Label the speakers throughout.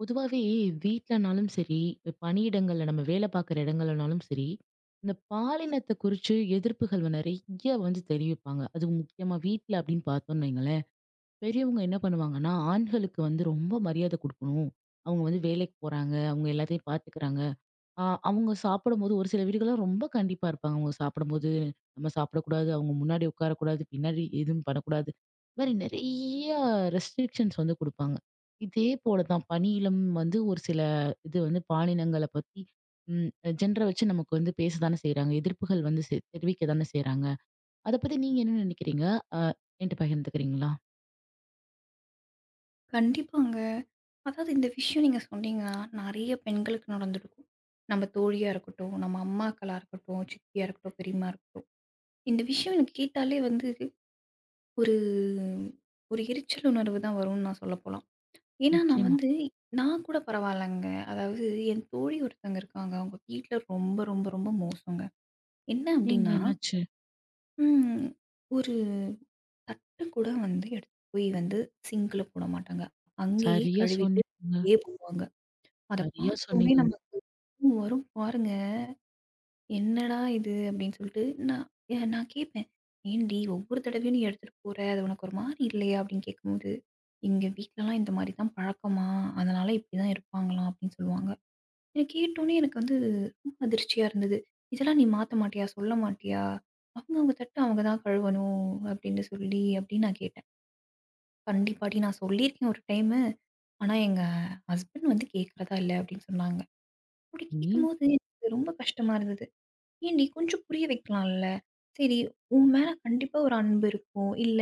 Speaker 1: பொதுவாவே வீட்லனாலும் சரி, பணியிடங்கள்ல நம்ம வேலை பார்க்குற இடங்கள்லனாலும் சரி, இந்த பாலினத்த குறிச்சு எதிர்ப்புகள் நெறைய வந்து தெரிவிப்பாங்க. அதுவும் முக்கியமா வீட்ல அப்படின்னு பார்த்தோம்னு வைங்களேன். பெரியவங்க என்ன பண்ணுவாங்கன்னா, ஆண்களுக்கு வந்து ரொம்ப மரியாதை குடுக்கணும். அவங்க வந்து வேலைக்கு போறாங்க, அவங்க எல்லாத்தையும் பார்த்துக்கிறாங்க. ஆ அவங்க சாப்பிடும்போது ஒரு சில வீடுகள்லாம் ரொம்ப கண்டிப்பா இருப்பாங்க. அவங்க சாப்பிடும்போது, நம்ம சாப்பிடக்கூடாது, அவங்க முன்னாடி உட்காரக்கூடாது, பின்னாடி எதுவும் பண்ணக்கூடாது. இந்த மாரி நெறைய ரெஸ்ட்ரிக்ஷன்ஸ் வந்து குடுப்பாங்க. இதே போல தான் பணியிலும் வந்து ஒரு சில இது வந்து பாலினங்கள பத்தி ம் ஜெண்டர வச்சு நமக்கு வந்து பேசத்தானே செய்றாங்க. எதிர்ப்புகள் வந்து தெரிவிக்க தானே செய்றாங்க. அத பத்தி நீங்க என்ன நினைக்கிறீங்க? அ என்ட்ட பகிர்ந்துக்கிறீங்களா?
Speaker 2: கண்டிப்பாங்க. அதாவது இந்த விஷயம் நீங்க சொன்னீங்கன்னா, நெறைய பெண்களுக்கு நடந்திருக்கும். நம்ம தோழியா இருக்கட்டும், நம்ம அம்மாக்களா இருக்கட்டும், சித்தியா இருக்கட்டும், பெரியம்மா இருக்கட்டும். இந்த விஷயம் எனக்கு கேட்டாலே வந்து ஒரு ஒரு எரிச்சல் உணர்வு தான் வரும்னு நான் சொல்ல போலாம். ஏன்னா நான்
Speaker 1: நிச்சயமா.
Speaker 2: வந்து நான் கூட பரவாயில்லங்க. அதாவது என் தோழி ஒருத்தங்க இருக்காங்க. அவங்க வீட்ல ரொம்ப, ரொம்ப, ரொம்ப மோசங்க. என்ன
Speaker 1: நீங்க
Speaker 2: அப்டின்னா,
Speaker 1: என்னாச்சு?
Speaker 2: ம் ஒரு கூட வந்து எடுத்துட்டு போய் வந்து சிங்க்ல போட மாட்டாங்க. அங்கேயே
Speaker 1: சரியா
Speaker 2: கழுவிட்டு
Speaker 1: சொன்னீங்க.
Speaker 2: அங்கேயே போடுவாங்க. அத
Speaker 1: சரியா
Speaker 2: பார்த்தோனே
Speaker 1: சொன்னீங்கங்க.
Speaker 2: நமக்கு தூக்கம் வரும் பாருங்க. என்னடா இது அப்படின்னு சொல்லிட்டு நான் நான் கேட்பேன். "ஏன்டி ஒவ்வொரு தடவையும் நீ எடுத்துட்டு போற, அது உனக்கு ஒரு மாரி இல்லையா?" அப்படின்னு கேட்கும்போது, "எங்க வீட்லலாம் இந்த மாரி தான் பழக்கமா, அதனால இப்படி தான் இருப்பாங்களாம்" அப்படின்னு சொல்லுவாங்க. எனக்கு கேட்டோனே எனக்கு வந்து ரொம்ப அதிர்ச்சியா இருந்தது. "இதெல்லாம் நீ மாத்த மாட்டியா? சொல்ல மாட்டியா? அவங்க அவங்க தட்ட அவங்க தான் கழுவணும்" அப்படின்னு சொல்லி அப்படின்னு நான் கேட்டேன். "கண்டிப்பாடி நான் சொல்லியிருக்கேன் ஒரு டைமு. ஆனா எங்க ஹஸ்பண்ட் வந்து கேட்கிறதா இல்ல" அப்படின்னு சொன்னாங்க. அப்படி
Speaker 1: ம்.
Speaker 2: கேட்கும்போது எனக்கு ரொம்ப கஷ்டமா இருந்தது. "ஏன்டி கொஞ்சம் புரிய வைக்கலாம்ல? சரி உன் மேல கண்டிப்பா ஒரு அன்பு இருக்கும். இல்ல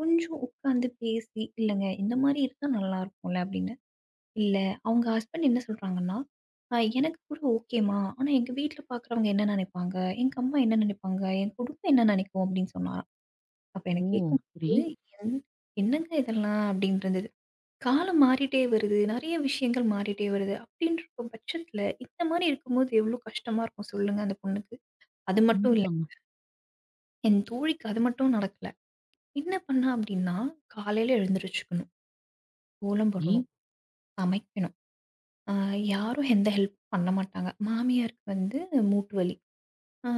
Speaker 2: கொஞ்சம் உட்கார்ந்து பேசி, இல்லங்க இந்த மாரி இருந்தா நல்லா இருக்கும்ல" அப்படின்னு. "இல்ல அவங்க ஹஸ்பண்ட் என்ன சொல்றாங்கன்னா, எனக்கு கூட ஓகேம்மா. ஆனா எங்க வீட்ல பார்க்குறவங்க என்ன நினைப்பாங்க? எங்க அம்மா என்ன நினைப்பாங்க? என் குடும்பம் என்ன நினைக்கும்?" அப்படின்னு சொன்னாராம். அப்ப
Speaker 1: ஓ!
Speaker 2: எனக்கு
Speaker 1: சரி.
Speaker 2: கேட்கும்போது என் என்னங்க இதெல்லாம்? அப்படின்னு இருந்துச்சு. காலம் மாறிட்டே வருது. நெறைய விஷயங்கள் மாறிட்டே வருது. அப்டின்னு இருக்கும் பட்சத்துல, இந்த மாரி இருக்கும்போது எவ்ளோ கஷ்டமா இருக்கும் சொல்லுங்க அந்த பொண்ணுக்கு. அது மட்டும் இல்ல.
Speaker 1: கண்டிப்பாங்க.
Speaker 2: என் தோழிக்கு அது மட்டும் நடக்கல. என்ன பண்ணா அப்டின்னா, காலையில எழுந்திரிச்சுக்கணும். கோலம்
Speaker 1: சரி,
Speaker 2: போடணும். சமைக்கணும். அ யாரும் எந்த ஹெல்ப் பண்ண மாட்டாங்க. மாமியாருக்கு வந்து மூட்டு வலி. அ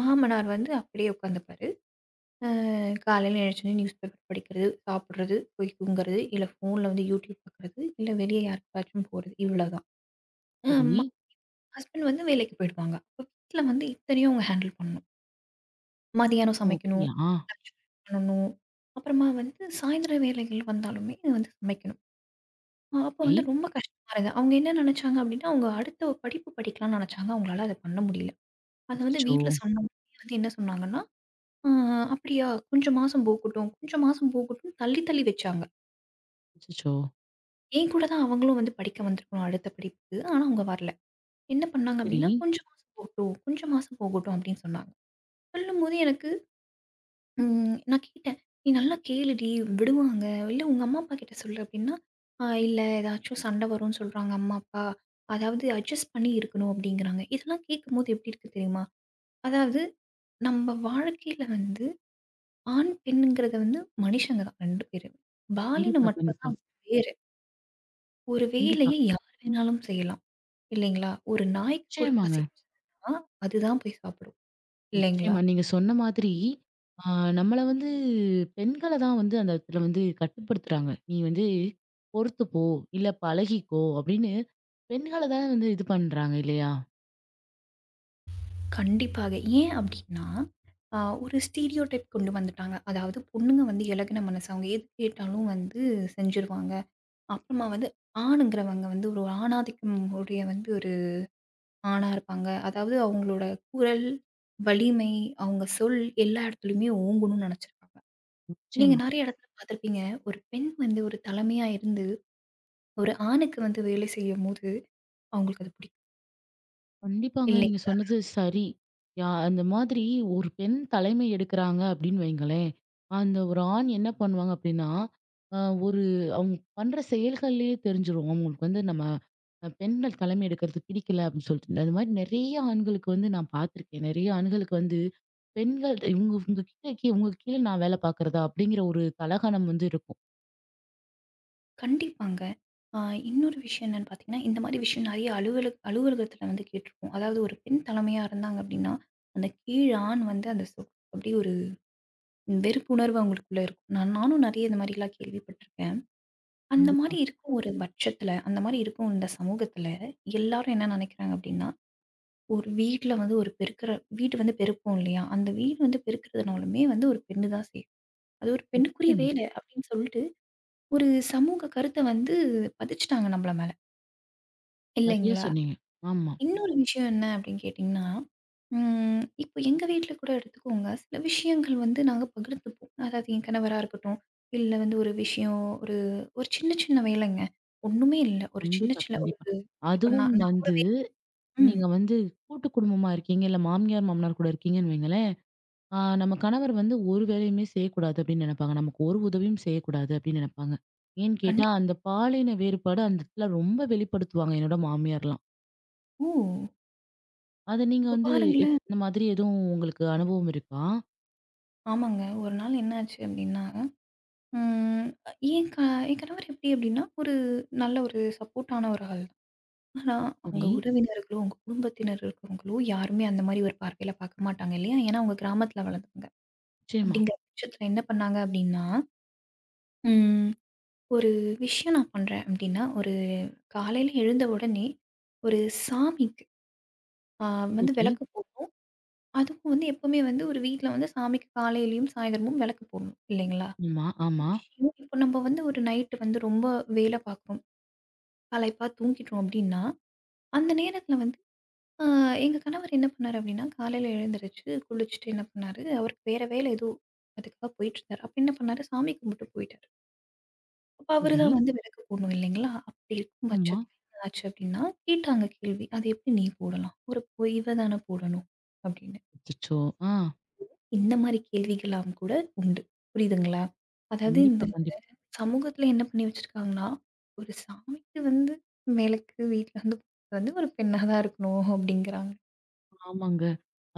Speaker 2: மாமனார் வந்து அப்டியே உட்காந்துப்பாரு. அ காலையில எழுந்திரிச்சோனே நியூஸ் பேப்பர் படிக்கிறது, சாப்பிடுறது, போய் தூங்குறது, இல்ல ஃபோன்ல வந்து யூடியூப் பாக்குறது, இல்ல வெளிய யாருக்காச்சும் போறது இவ்ளோதான். அ
Speaker 1: சரி.
Speaker 2: ஹஸ்பண்ட் வந்து வேலைக்கு போயிடுவாங்க. அப்ப வீட்ல வந்து இத்தனையும் அவங்க ஹேண்டில் பண்ணணும். மதியானம்
Speaker 1: ஓ!
Speaker 2: சமைக்கணும்,
Speaker 1: அப்படியா?
Speaker 2: லஞ்ச் பேக் பண்ணணும். அப்புறமா வந்து சாயந்தர வேலைகள் வந்தாலுமே இது வந்து சமைக்கணும். அப்ப
Speaker 1: சரி.
Speaker 2: வந்து ரொம்ப கஷ்டமா இருக்கு. அவங்க என்ன நெனச்சாங்க அப்டின்னா, அவங்க அடுத்த ஒரு படிப்பு படிக்கலாம்னு நெனச்சாங்க. அவங்களால அத பண்ண முடியல. அத வந்து
Speaker 1: அச்சச்சோ!
Speaker 2: வீட்ல சொன்ன உடனே வந்து என்ன சொன்னாங்கன்னா, "ஆ அப்படியா? கொஞ்சம் மாசம் போகட்டும், கொஞ்சம் மாசம் போகட்டும்ன்னு" தள்ளி தள்ளி வச்சாங்க.
Speaker 1: அச்சச்சோ!
Speaker 2: என் கூட தான் அவங்களும் வந்து படிக்க வந்திருக்கணும் அடுத்த படிப்புக்கு. ஆனா அவங்க வரல. என்ன பண்ணாங்க
Speaker 1: சரி.
Speaker 2: அப்டின்னா, "கொஞ்சம் மாசம் போகட்டும், கொஞ்சம் மாசம் போகட்டும்" அப்டின்னு சொன்னாங்க. சொல்லும்போது எனக்கு நான் கேட்டேன். "நீ நல்லா கேளுடி விடுவாங்க. இல்ல உங்க அம்மா, அப்பா கிட்ட சொல்லு" அப்டின்னா, இல்ல ஏதாச்சும் சண்ட வரும்னு சொல்றாங்க அம்மா, அப்பா. அதாவது அட்ஜஸ்ட் பண்ணி இருக்கணும்" அப்டிங்கிறாங்க. இதெல்லாம் கேட்கும்போது எப்டி இருக்கு தெரியுமா? அதாவது நம்ம வாழ்க்கையில வந்து ஆண், பெண்ணுங்கிறத வந்து மனுஷங்க தான் 2 பேருமே. பாலினம்
Speaker 1: கண்டிப்பா,
Speaker 2: மட்டும்
Speaker 1: கண்டிப்பா,
Speaker 2: தான் வேறு. ஒரு
Speaker 1: கண்டிப்பா.
Speaker 2: வேலைய யார் வேணாலும் செய்யலாம். இல்லைங்களா? ஒரு நாய்க்கு கூட
Speaker 1: நிச்சயமாங்க.
Speaker 2: பசிக்குதுன்னா, அதுதான் போய் சாப்பிடும். இல்லைங்களா?
Speaker 1: நிச்சயமா. நீங்க சொன்ன மாதிரி, ஆ நம்மள வந்து பெண்கள தான் வந்து அந்த இடத்துல வந்து கட்டுப்படுத்துறாங்க. "நீ வந்து பொறுத்துப்போ! இல்ல பழகிக்கோ!" அப்படின்னு பெண்கள தான் வந்து இது பண்றாங்க இல்லையா?
Speaker 2: கண்டிப்பாக. ஏன் அப்டின்னா, ஒரு ஸ்டீரியோ டைப் கொண்டு வந்துட்டாங்க. அதாவது பொண்ணுங்க வந்து இலகுன மனசு. அவங்க எது கேட்டாலும் வந்து செஞ்சுருவாங்க. அப்புறமா வந்து ஆணுங்கிறவங்க வந்து ஒரு ஆணாதிக்கம் உடைய வந்து ஒரு ஆணா இருப்பாங்க. அதாவது அவங்களோட குரல், வலிமை, அவங்க சொல் எல்லா இடத்துலயுமே ஓங்கணும்னு நெனச்சிருப்பாங்க. நீங்க
Speaker 1: நிச்சயமா.
Speaker 2: நெறைய இடத்துல பார்த்துருப்பீங்க. ஒரு பெண் வந்து ஒரு தலைமையா இருந்து, ஒரு ஆணுக்கு வந்து வேலை செய்யும்போது அவங்களுக்கு அது பிடிக்கும்.
Speaker 1: கண்டிப்பாங்க. நீங்க
Speaker 2: இல்லைங்களா?
Speaker 1: சொன்னது சரி. யா அந்த மாதிரி ஒரு பெண் தலைமை எடுக்குறாங்க அப்படின்னு வைங்களேன். அந்த ஒரு ஆண் என்ன பண்ணுவாங்க அப்படின்னா, அ ஒரு அவங்க பண்ற செயல்கள்லயே தெரிஞ்சிரும். அவங்களுக்கு வந்து நம்ம பெண்கள் தலைமை எடுக்கிறது பிடிக்கல அப்படின்னு சொல்லிட்டு. அது மாதிரி நெறைய ஆண்களுக்கு வந்து நான் பார்த்துருக்கேன். நெறைய ஆண்களுக்கு வந்து பெண்கள் இவங்க இவங்க கீழ கீ இவங்க கீழ நான் வேலை பார்க்குறதா அப்படிங்கிற ஒரு தலகணம் வந்து இருக்கும்.
Speaker 2: கண்டிப்பாங்க. ஆ இன்னொரு விஷயம் என்னன்னு பார்த்தீங்கன்னா, இந்த மாரி விஷயம் நெறைய அலுவலகத்துல வந்து கேட்டுருப்போம். அதாவது ஒரு பெண் தலைமையா இருந்தாங்க அப்படின்னா, அந்த கீழ் ஆண் வந்து அந்த சொ அப்படியே ஒரு வெறுப்புணர்வு அவங்களுக்குள்ள இருக்கும். நானும் நெறைய இந்த மாரிலாம் கேள்விப்பட்டுருக்கேன். அந்த
Speaker 1: கண்டிப்பா.
Speaker 2: மாரி இருக்கும் ஒரு பட்சத்துல, அந்த மாரி இருக்கும் இந்த சமூகத்துல, எல்லாரும் என்ன நெனைக்கிறாங்க அப்படின்னா, ஒரு வீட்ல வந்து ஒரு பெருக்குற வீடு வந்து பெருப்போம் இல்லையா? அந்த வீடு வந்து பெருக்குறதுனாலுமே வந்து ஒரு பெண்ணு தான் செய்யும். அது ஒரு பெண்ணுக்குரிய
Speaker 1: நிச்சயமா.
Speaker 2: வேலை அப்படின்னு சொல்லிட்டு, ஒரு சமூக கருத்த வந்து பதிச்சுட்டாங்க நம்மள மேல.
Speaker 1: சரியா
Speaker 2: இல்லைங்களா?
Speaker 1: சொன்னீங்க. ஆமா.
Speaker 2: இன்னொரு விஷயம் என்ன அப்படின்னு கேட்டீங்கன்னா, இப்போ எங்க வீட்ல கூட எடுத்துக்கோங்க, சில விஷயங்கள் வந்து நாங்க பகிர்ந்துப்போம். அதாவது என் கணவரா இருக்கட்டும், இல்ல வந்து ஒரு விஷயம் ஒரு ஒரு சின்ன சின்ன வேலைங்க. ஒண்ணுமே இல்ல. ஒரு சின்ன
Speaker 1: கண்டிப்பா,
Speaker 2: சின்ன ஒரு
Speaker 1: கண்டிப்பா.
Speaker 2: இப்ப
Speaker 1: அதுவும்
Speaker 2: நான் நான் ஒரு
Speaker 1: வந்து
Speaker 2: வே ம்.
Speaker 1: நீங்க வந்து கூட்டு குடும்பமா இருக்கீங்க, இல்ல மாமியார், மாமனார் கூட இருக்கீங்கன்னு வைங்களேன், நம்ம கணவர் வந்து ஒரு வேலையுமே செய்யக்கூடாது அப்படின்னு நினைப்பாங்க. நமக்கு ஒரு உதவியும் செய்யக்கூடாது அப்படின்னு நினைப்பாங்க. ஏன்னு கேட்டா,
Speaker 2: கண்டிப்பா.
Speaker 1: அந்த பாலின வேறுபாடு அந்த இடத்துல ரொம்ப வெளிப்படுத்துவாங்க என்னோட மாமியார்லாம்.
Speaker 2: ஓ!
Speaker 1: அத நீங்க
Speaker 2: அப்ப
Speaker 1: வந்து
Speaker 2: பாருங்களேன்.
Speaker 1: இந்த மாதிரி எதுவும் உங்களுக்கு அனுபவம் இருக்கா?
Speaker 2: ஆமாங்க. ஒரு நாள் என்னாச்சு அப்படின்னா, ம் என் க என் கணவர் எப்படி அப்படின்னா, ஒரு நல்ல ஒரு சப்போர்ட்டான ஒரு ஆள். ஆனா, அவங்க
Speaker 1: சரி.
Speaker 2: உறவினர்களோ, உங்க குடும்பத்தினர் இருக்கிறவங்களோ, யாருமே அந்த மாரி ஒரு பார்வையில பார்க்க மாட்டாங்க இல்லையா? ஏன்னா, அவங்க கிராமத்தில வளர்ந்தவங்க.
Speaker 1: நிச்சயமா.
Speaker 2: அப்படிங்கிற பட்சத்தில என்ன பண்ணாங்க அப்படின்னா, ம் ஒரு விஷயம் நான் பண்றேன் அப்படின்னா, ஒரு காலையில எழுந்த உடனே ஒரு சாமிக்கு அ வந்து
Speaker 1: சரி.
Speaker 2: விளக்கு போடணும். அதுவும் வந்து எப்பவுமே வந்து ஒரு வீட்ல வந்து சாமிக்கு காலையிலயும், சாயந்தரமும் விளக்கு போடணும் இல்லைங்களா?
Speaker 1: ஆமா,
Speaker 2: அந்த
Speaker 1: ஆமா.
Speaker 2: விஷயம் இப்போ நம்ம வந்து ஒரு நைட்டு வந்து ரொம்ப வேலை பார்க்குறோம். களைப்பா தூங்கிட்டோம் அப்படின்னா, அந்த நேரத்தில வந்து ஆ, எங்க கணவர் என்ன பண்ணாரு அப்டின்னா, காலையில எழுந்திருச்சு, குளிச்சுட்டு என்ன பண்ணாரு, அவருக்கு வேற வேலை ஏதோ அதுக்காக போயிட்டுருந்தாரு. அப்ப என்ன பண்ணாரு, சாமி கும்பிட்டு போயிட்டாரு. அப்ப அவரு
Speaker 1: சரி.
Speaker 2: தான் வந்து விளக்கு போடணும் இல்லைங்களா? அப்படி இருக்கும்
Speaker 1: ஆமா.
Speaker 2: பட்சத்துல என்ன ஆச்சு அப்டின்னா, கேட்டாங்க கேள்வி. "அது எப்படி நீ போடலாம்? ஒரு போய் இவ தானே போடணும்." அப்படின்னு.
Speaker 1: அச்சச்சோ! ஆ.
Speaker 2: இந்த மாரி கேள்விகள்லாம் கூட உண்டு. புரியுதுங்களா? அதாவது
Speaker 1: கண்டிப்பா,
Speaker 2: இந்த
Speaker 1: கண்டிப்பா.
Speaker 2: சமூகத்துல என்ன பண்ணி வச்சிருக்காங்கன்னா, ஒரு சாமிக்கு வந்து விளக்கு வீட்ல வந்து போடுறது வந்து ஒரு பெண்ணா தான் இருக்கணும் அப்படிங்கிறாங்க.
Speaker 1: ஆமாங்க.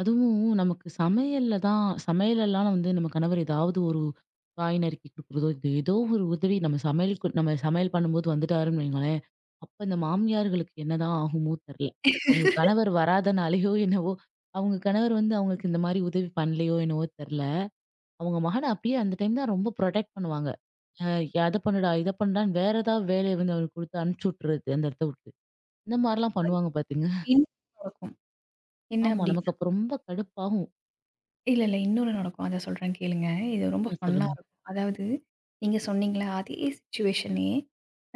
Speaker 1: அதுவும் நமக்கு சமையல்ல தான் சமையலெல்லாம் வந்து நம்ம கணவர் ஏதாவது ஒரு காய் நறுக்கி கொடுக்குறதோ, இது ஏதோ ஒரு உதவி நம்ம சமையலுக்கு நம்ம சமையல் பண்ணும்போது வந்துட்டாருன்னு வையுங்களேன், அப்ப இந்த மாமியார்களுக்கு என்னதான் ஆகுமோ தெரியல. அவங்க கணவர் வராதனாலயோ என்னவோ, அவங்க கணவர் வந்து அவங்களுக்கு இந்த மாரி உதவி பண்ணலையோ என்னவோ தெரியல. அவங்க மகன அப்படியே அந்த டைம் தான் ரொம்ப புரொடெக்ட் பண்ணுவாங்க. அ அத பண்ணுடா, இத பண்ணுடான்னு வேற ஏதாவது வேலைய வந்து அவருக்கு கொடுத்து அனுப்பிச்சு விட்டுறது அந்த இடத்த விட்டு. இந்த மாரிலாம் பண்ணுவாங்க பாத்துங்க.
Speaker 2: இன்னும் இருக்கும். என்ன
Speaker 1: ஆமா,
Speaker 2: அப்டி?
Speaker 1: நமக்கு அப்ப ரொம்ப கடுப்பாகும்.
Speaker 2: இல்ல, இல்ல. இன்னொன்னு நடக்கும். அத சொல்றேன் கேளுங்க. இது ரொம்ப ஃபன்னா
Speaker 1: சொல்லுங்க.
Speaker 2: இருக்கும். அதாவது நீங்க சொன்னீங்கல்ல, அதே சிச்சுவேஷனே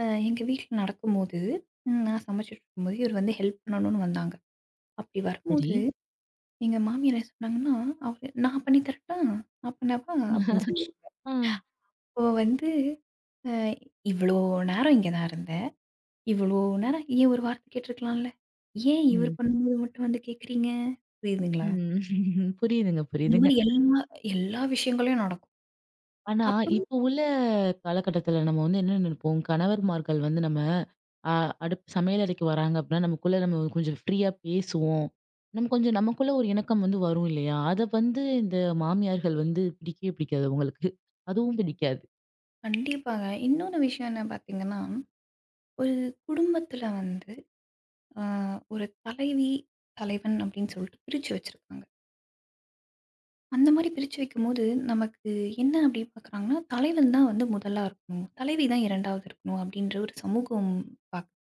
Speaker 2: எங்க வீட்ல நடக்கும்போது, நான் சமைச்சுட்டு இருக்கும்போது, இவர் வந்து ஹெல்ப் பண்ணணும்னு வந்தாங்க. அப்படி
Speaker 1: சரி.
Speaker 2: வரும்போது, எங்க மாமியார் என்ன சொன்னாங்கன்னா, அவரு "நான் பண்ணி தரட்டா? நான் பண்ணவா?" அப்படின்னு சொல்லுவாங்க.
Speaker 1: ஆ.
Speaker 2: அப்போ வந்து அ "இவ்வளோ நேரம் இங்க தான் இருந்தேன். இவ்வளோ நேரம் ஏன் ஒரு வார்த்தை கேட்டுருக்கலாம்ல? ஏன்
Speaker 1: ம். ம்.
Speaker 2: இவர் பண்ணும்போது மட்டும் வந்து கேட்குறீங்க?" புரியுதுங்களா?
Speaker 1: புரியுதுங்க,
Speaker 2: இந்த
Speaker 1: புரியுதுங்க.
Speaker 2: மாரி எல்லா எல்லா விஷயங்களையும் நடக்கும்.
Speaker 1: ஆனா,
Speaker 2: அப்ப
Speaker 1: இப்போ உள்ள காலகட்டத்துல நம்ம வந்து என்ன நினைப்போம், கணவர்மார்கள் வந்து நம்ம அ அடுப் சமையல் அறைக்கு வராங்க அப்படின்னா, நமக்குள்ள நம்ம கொஞ்சம் ஃப்ரீயா பேசுவோம். நம்ம கொஞ்சம் நமக்குள்ள ஒரு இணக்கம் வந்து வரும் இல்லையா? அத வந்து இந்த மாமியார்கள் வந்து பிடிக்கவே பிடிக்காது அவங்களுக்கு. அதுவும் பிடிக்காது.
Speaker 2: கண்டிப்பாங்க. இன்னொரு விஷயம் என்ன பார்த்தீங்கன்னா, ஒரு குடும்பத்தில வந்து அ ஒரு தலைவி, தலைவன் அப்படின்னு சொல்லிட்டு பிரிச்சு வச்சிருக்காங்க. அந்த மாரி பிரிச்சு வைக்கும்போது, நமக்கு என்ன அப்படி பார்க்குறாங்கன்னா, தலைவன் தான் வந்து முதலா இருக்கணும். தலைவி தான் 2வது இருக்கணும் அப்படின்ற ஒரு சமூகம் பார்க்குது.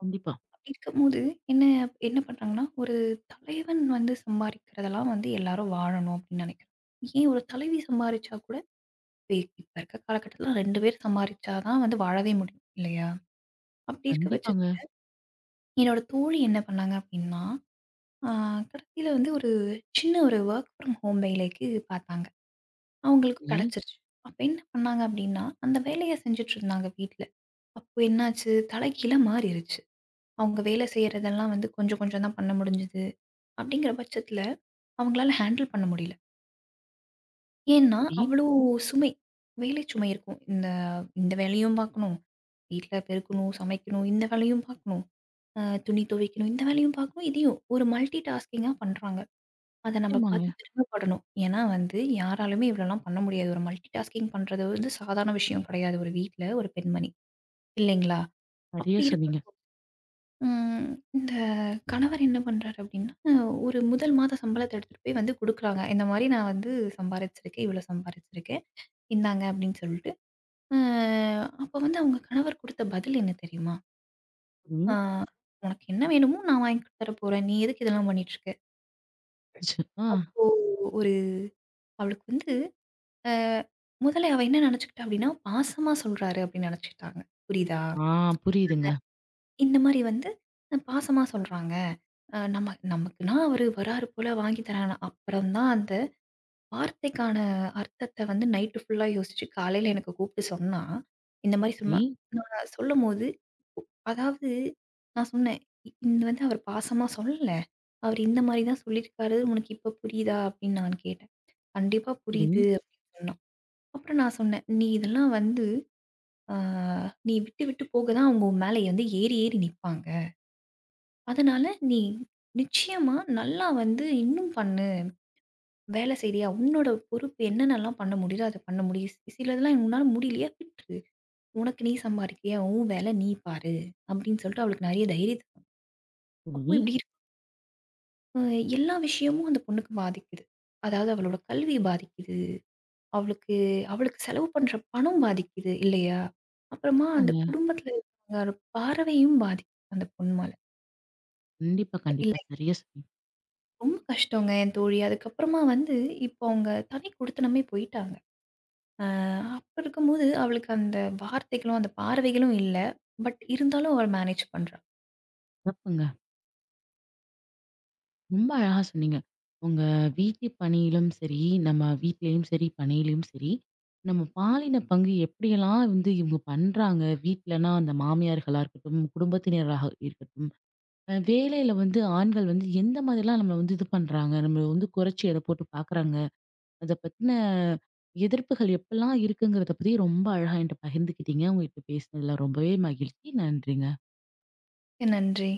Speaker 1: கண்டிப்பா,
Speaker 2: அப்படி இருக்கும்போது என்ன என்ன பண்றாங்கன்னா, ஒரு தலைவன் வந்து சம்பாரிக்கிறதெல்லாம் வந்து எல்லாரும் வாழணும் அப்படின்னு நினைக்கிறாங்க. ஏன் ஒரு தலைவி சம்பாரிச்சா கூட இப்ப இப்ப இருக்க காலகட்டத்தில 2 பேர் சம்பாரிச்சா தான் வந்து வாழவே முடியும் இல்லையா? அப்படி இருக்க பட்ச
Speaker 1: கண்டிப்பாங்க.
Speaker 2: என்னோட தோழி என்ன பண்ணாங்க அப்டின்னா, ஆ கடைசில வந்து ஒரு சின்ன ஒரு வொர்க் ஃப்ரம் ஹோம் வேலைக்கு பாத்தாங்க. அவங்களுக்கு
Speaker 1: சரி,
Speaker 2: கெடைச்சிருச்சு. அப்ப என்ன பண்ணாங்க அப்டின்னா, அந்த வேலைய செஞ்சுட்ருந்தாங்க வீட்ல. அப்போ என்னாச்சு தலைகீழா மாறிருச்சு. அவங்க வேலை செய்றதெல்லாம் வந்து கொஞ்சம் கொஞ்சம் தான் பண்ண முடிஞ்சது. அப்டிங்கிற பட்சத்துல அவங்களால ஹேண்டில் பண்ண முடியல. ஏன்னா,
Speaker 1: சரி.
Speaker 2: அவ்ளோ சுமை, வேலை சுமை இருக்கும். இந்த இந்த வேலையும் பாக்கணும், வீட்ல பெருக்கணும், சமைக்கணும், இந்த வேலையும் பாக்கணும். துணி துவைக்கணும். இந்த வேலையும் பார்க்கணும். இதையும் ஒரு மல்டி டாஸ்கிங்கா பண்றாங்க. அத நம்ம
Speaker 1: நிச்சயமாங்க.
Speaker 2: பார்த்து பெருமைப்படணும். ஏன்னா வந்து யாராலுமே இவ்வளோலாம் பண்ண முடியாது. ஒரு மல்டி டாஸ்கிங் பண்றது வந்து சாதாரண விஷயம் கிடையாது. ஒரு வீட்ல ஒரு பெண்மணி. இல்லைங்களா?
Speaker 1: நிறைய
Speaker 2: அப்படி
Speaker 1: சொன்னீங்க.
Speaker 2: இருக்கும்போது ம் இந்த கணவர் என்ன பண்றாரு அப்படின்னா, ஒரு முதல் மாத சம்பளத்த எடுத்துட்டு போய் வந்து குடுக்குறாங்க. இந்த மாரி நான் வந்து சம்பாரிச்சிருக்கேன். இவ்வளோ சம்பாரிச்சிருக்கேன். இந்தாங்க அப்படின்னு சொல்லிட்டு. அ அப்ப வந்து அவங்க கணவர் குடுத்த பதில் என்ன தெரியுமா? அ
Speaker 1: ம்.
Speaker 2: "உனக்கு என்ன வேணுமோ நான் வாங்கி தரப்போறேன். நீ எதுக்கு இதெல்லாம் பண்ணிட்டுருக்க?"
Speaker 1: ச்சு. ஆ,
Speaker 2: அப்போ ஒரு அவளுக்கு வந்து அ முதல்ல அவ என்ன நெனச்சுக்கிட்டா அப்டின்னா, பாசமா சொல்றாரு அப்டின்னு நெனச்சுக்கிட்டாங்க. புரியுதா?
Speaker 1: ஆ புரியுதுங்க.
Speaker 2: இந்த மாரி வந்து பாசமா சொல்றாங்க. நம்ம நமக்குன்னா அவரு வராரு போல வாங்கி தராங்க. அப்புறம் தான் அந்த வார்த்தைக்கான அர்த்தத்த வந்து நைட்டு ஃபுல்லா யோசிச்சு காலையில எனக்கு கூப்ட்டு சொன்னா, இந்த மாரி சொன்னா
Speaker 1: சரி,
Speaker 2: நான் சொல்லும்போது, அதாவது நான் சொன்னேன், "இது வந்து அவர் பாசமா சொல்லல. அவரு இந்த மாரி தான் சொல்லியிருக்காரு. உனக்கு இப்ப புரியுதா?" அப்டின்னு நான் கேட்டேன். "கண்டிப்பா
Speaker 1: சரி,
Speaker 2: புரியுது" அப்டின்னு சொன்னா. அப்புறம் நான் சொன்னேன், "நீ இதெல்லாம் வந்து அ நீ விட்டு, விட்டு போக தான் அவங்க உன் மேல வந்து ஏறி, ஏறி நிப்பாங்க. அதனால நீ நிச்சயமா நல்லா வந்து இன்னும் பண்ணு. வேலை செய்றியா? உன்னோட பொறுப்பு என்னென்னலாம் பண்ண முடியுதோ, அத பண்ண முடியும். சிலதெல்லாம் உன்னால முடியலையா விட்டுரு. உனக்கு நீ சம்பாரிக்கிறியா? உன் வேல நீ பாரு." அப்படின்னு சொல்லிட்டு அவளுக்கு நெறைய தைரியத்த அப்போ
Speaker 1: சரி.
Speaker 2: இப்படி இருக்கு. அ எல்லா விஷயமும் அந்த பொண்ணுக்கு பாதிக்குது. அதாவது அவளோட கல்வி பாதிக்குது. அவளுக்கு அவளுக்கு செலவு பண்ற பணம் பாதிக்குது இல்லையா? அப்புறமா அந்த
Speaker 1: ஆமாங்க.
Speaker 2: குடும்பத்தில இருக்கிறவங்க பார்வையும் பாதிக்குது அந்த பொண்ணால.
Speaker 1: கண்டிப்பா, கண்டிப்பா.
Speaker 2: இல்ல
Speaker 1: சரியா சொன்னீங்க.
Speaker 2: ரொம்ப கஷ்டங்க என் தோழி. அதுக்கப்புறமா வந்து இப்போ அவங்க தனி குடித்தனமே போயிட்டாங்க. அ அப்ப இருக்கும்போது அவளுக்கு அந்த வார்த்தைகளும், அந்த பார்வைகளும் இல்ல. பட் இருந்தாலும் அவள் மேனேஜ் பண்றா.
Speaker 1: சிறப்புங்க. ரொம்ப அழகா சொன்னீங்க. உங்க வீட்டு பணியிலும் சரி, நம்ம வீட்லயும் சரி, பணியிலயும் சரி, நம்ம பாலின பங்கு எப்படியெல்லாம் வந்து இவங்க பண்றாங்க. வீட்லனா அந்த மாமியார்களா இருக்கட்டும், குடும்பத்தினராக இருக்கட்டும், வேலையில வந்து ஆண்கள் வந்து எந்த மாதிரிலாம் நம்மள வந்து இது பண்றாங்க. நம்மள வந்து குறைச்சு எடை போட்டு பார்க்குறாங்க. அத பத்தின எதிர்ப்புகள் எப்பலாம் இருக்குங்கிறத பத்தி ரொம்ப அழகா என்ட்ட பகிர்ந்துக்கிட்டீங்க. உங்ககிட்ட பேசினதுல ரொம்பவே மகிழ்ச்சி. நன்றிங்க.
Speaker 2: நன்றி.